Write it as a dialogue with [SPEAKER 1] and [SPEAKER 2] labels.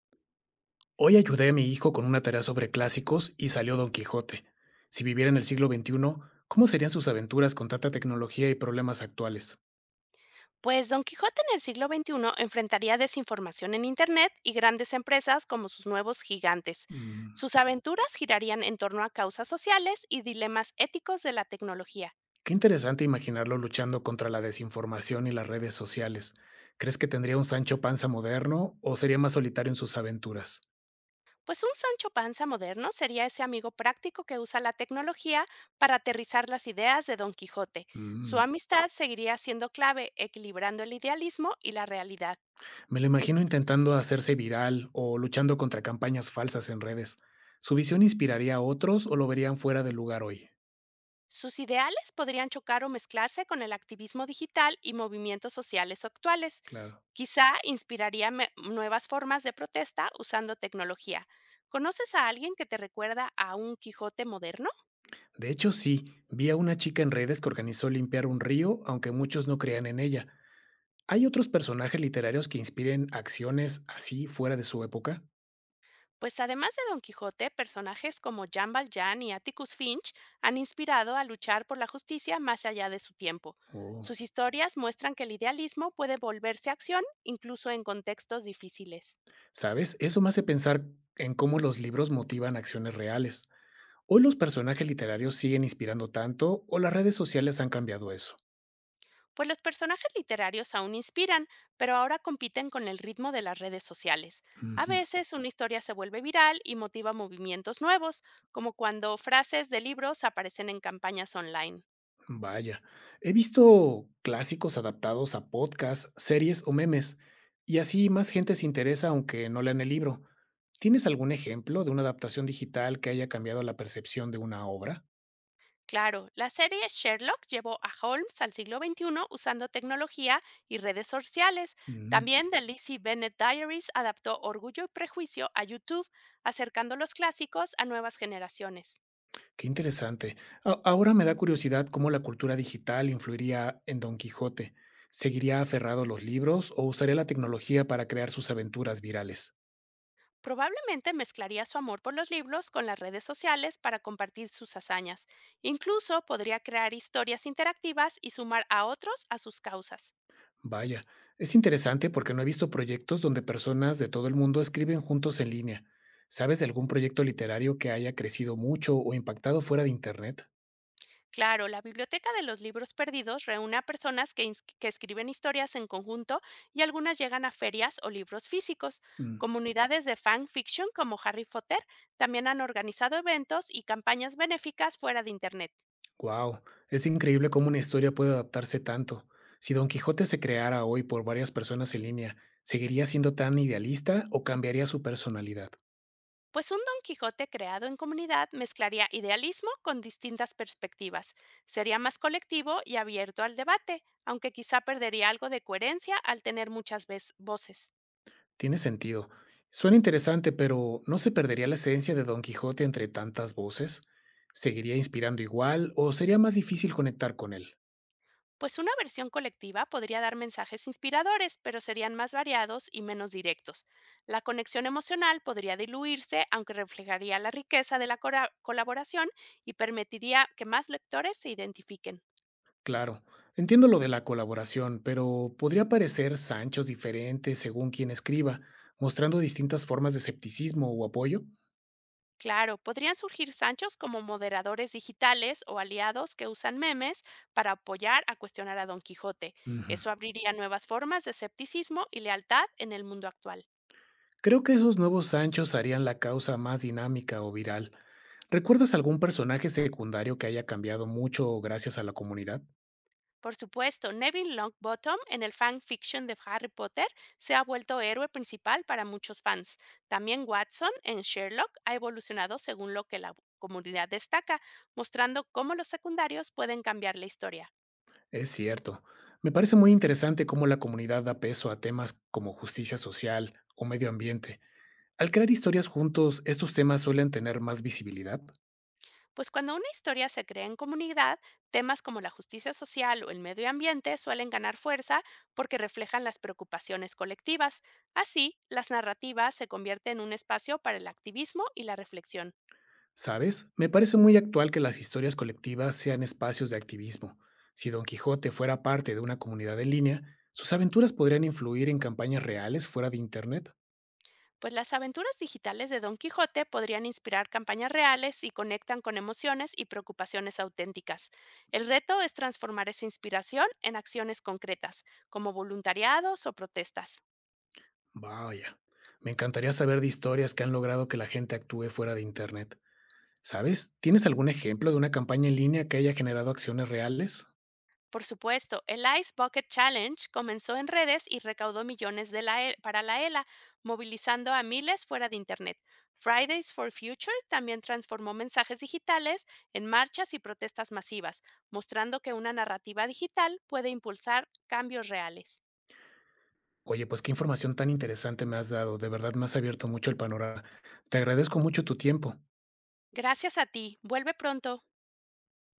[SPEAKER 1] Hoy ayudé a mi hijo con una tarea sobre clásicos y salió Don Quijote. Si viviera en el siglo XXI, ¿cómo serían sus aventuras con tanta tecnología y problemas actuales?
[SPEAKER 2] Pues Don Quijote en el siglo XXI enfrentaría desinformación en Internet y grandes empresas como sus nuevos gigantes.
[SPEAKER 1] Mm,
[SPEAKER 2] Sus aventuras girarían en torno a causas sociales y dilemas éticos de la tecnología.
[SPEAKER 1] qué interesante imaginarlo luchando contra la desinformación y las redes sociales. ¿Crees que tendría un Sancho Panza moderno o sería más solitario en sus aventuras?
[SPEAKER 2] Pues un Sancho Panza moderno sería ese amigo práctico que usa la tecnología para aterrizar las ideas de Don Quijote. Su
[SPEAKER 1] Mm,
[SPEAKER 2] amistad seguiría siendo clave, equilibrando el idealismo y la realidad.
[SPEAKER 1] me lo imagino intentando hacerse viral o luchando contra campañas falsas en redes. ¿Su visión inspiraría a otros o lo verían fuera de lugar hoy?
[SPEAKER 2] Sus ideales podrían chocar o mezclarse con el activismo digital y movimientos sociales actuales.
[SPEAKER 1] Claro.
[SPEAKER 2] Quizá inspiraría nuevas formas de protesta usando tecnología. ¿Conoces a alguien que te recuerda a un Quijote moderno?
[SPEAKER 1] De hecho, sí, vi a una chica en redes que organizó limpiar un río, aunque muchos no crean en ella. ¿Hay otros personajes literarios que inspiren acciones así fuera de su época?
[SPEAKER 2] Pues además de Don Quijote, personajes como Jean Valjean y Atticus Finch han inspirado a luchar por la justicia más allá de su tiempo.
[SPEAKER 1] Oh,
[SPEAKER 2] Sus historias muestran que el idealismo puede volverse acción incluso en contextos difíciles.
[SPEAKER 1] ¿sabes? Eso me hace pensar en cómo los libros motivan acciones reales. ¿Hoy los personajes literarios siguen inspirando tanto o las redes sociales han cambiado eso?
[SPEAKER 2] Pues los personajes literarios aún inspiran, pero ahora compiten con el ritmo de las redes sociales. A
[SPEAKER 1] Ujú.
[SPEAKER 2] veces una historia se vuelve viral y motiva movimientos nuevos, como cuando frases de libros aparecen en campañas online.
[SPEAKER 1] Vaya, he visto clásicos adaptados a podcasts, series o memes, y así más gente se interesa aunque no lean el libro. ¿Tienes algún ejemplo de una adaptación digital que haya cambiado la percepción de una obra?
[SPEAKER 2] Claro, la serie Sherlock llevó a Holmes al siglo XXI usando tecnología y redes sociales.
[SPEAKER 1] Mm,
[SPEAKER 2] También The Lizzie Bennett Diaries adaptó Orgullo y Prejuicio a YouTube, acercando los clásicos a nuevas generaciones.
[SPEAKER 1] qué interesante. Ahora me da curiosidad cómo la cultura digital influiría en Don Quijote. ¿Seguiría aferrado a los libros o usaría la tecnología para crear sus aventuras virales?
[SPEAKER 2] Probablemente mezclaría su amor por los libros con las redes sociales para compartir sus hazañas. Incluso podría crear historias interactivas y sumar a otros a sus causas.
[SPEAKER 1] Vaya, es interesante porque no he visto proyectos donde personas de todo el mundo escriben juntos en línea. ¿Sabes de algún proyecto literario que haya crecido mucho o impactado fuera de Internet?
[SPEAKER 2] Claro, la Biblioteca de los Libros Perdidos reúne a personas que escriben historias en conjunto, y algunas llegan a ferias o libros físicos. Comunidades de fanfiction como Harry Potter también han organizado eventos y campañas benéficas fuera de Internet.
[SPEAKER 1] Wow, es increíble cómo una historia puede adaptarse tanto. Si Don Quijote se creara hoy por varias personas en línea, ¿seguiría siendo tan idealista o cambiaría su personalidad?
[SPEAKER 2] Pues un Don Quijote creado en comunidad mezclaría idealismo con distintas perspectivas, sería más colectivo y abierto al debate, aunque quizá perdería algo de coherencia al tener muchas voces.
[SPEAKER 1] Tiene sentido. Suena interesante, pero ¿no se perdería la esencia de Don Quijote entre tantas voces? ¿Seguiría inspirando igual o sería más difícil conectar con él?
[SPEAKER 2] Pues una versión colectiva podría dar mensajes inspiradores, pero serían más variados y menos directos. La conexión emocional podría diluirse, aunque reflejaría la riqueza de la colaboración y permitiría que más lectores se identifiquen.
[SPEAKER 1] Claro, entiendo lo de la colaboración, pero podría parecer Sanchos diferentes según quien escriba, mostrando distintas formas de escepticismo o apoyo.
[SPEAKER 2] Claro, podrían surgir Sanchos como moderadores digitales o aliados que usan memes para apoyar a cuestionar a Don Quijote.
[SPEAKER 1] Ujú.
[SPEAKER 2] Eso abriría nuevas formas de escepticismo y lealtad en el mundo actual.
[SPEAKER 1] Creo que esos nuevos Sanchos harían la causa más dinámica o viral. ¿Recuerdas algún personaje secundario que haya cambiado mucho gracias a la comunidad?
[SPEAKER 2] Por supuesto, Neville Longbottom en el fanfiction de Harry Potter se ha vuelto héroe principal para muchos fans. También Watson en Sherlock ha evolucionado según lo que la comunidad destaca, mostrando cómo los secundarios pueden cambiar la historia.
[SPEAKER 1] Es cierto. Me parece muy interesante cómo la comunidad da peso a temas como justicia social o medio ambiente. Al crear historias juntos, ¿estos temas suelen tener más visibilidad?
[SPEAKER 2] Pues cuando una historia se crea en comunidad, temas como la justicia social o el medio ambiente suelen ganar fuerza porque reflejan las preocupaciones colectivas. Así, las narrativas se convierten en un espacio para el activismo y la reflexión.
[SPEAKER 1] ¿Sabes? Me parece muy actual que las historias colectivas sean espacios de activismo. Si Don Quijote fuera parte de una comunidad en línea, sus aventuras podrían influir en campañas reales fuera de Internet.
[SPEAKER 2] Pues las aventuras digitales de Don Quijote podrían inspirar campañas reales y conectan con emociones y preocupaciones auténticas. El reto es transformar esa inspiración en acciones concretas, como voluntariados o protestas.
[SPEAKER 1] Vaya. Me encantaría saber de historias que han logrado que la gente actúe fuera de Internet. ¿Sabes? ¿Tienes algún ejemplo de una campaña en línea que haya generado acciones reales?
[SPEAKER 2] Por supuesto, el Ice Bucket Challenge comenzó en redes y recaudó millones para la ELA, movilizando a miles fuera de Internet. Fridays for Future también transformó mensajes digitales en marchas y protestas masivas, mostrando que una narrativa digital puede impulsar cambios reales.
[SPEAKER 1] Oye, pues qué información tan interesante me has dado. De verdad me has abierto mucho el panorama. Te agradezco mucho tu tiempo.
[SPEAKER 2] Gracias a ti. Vuelve pronto.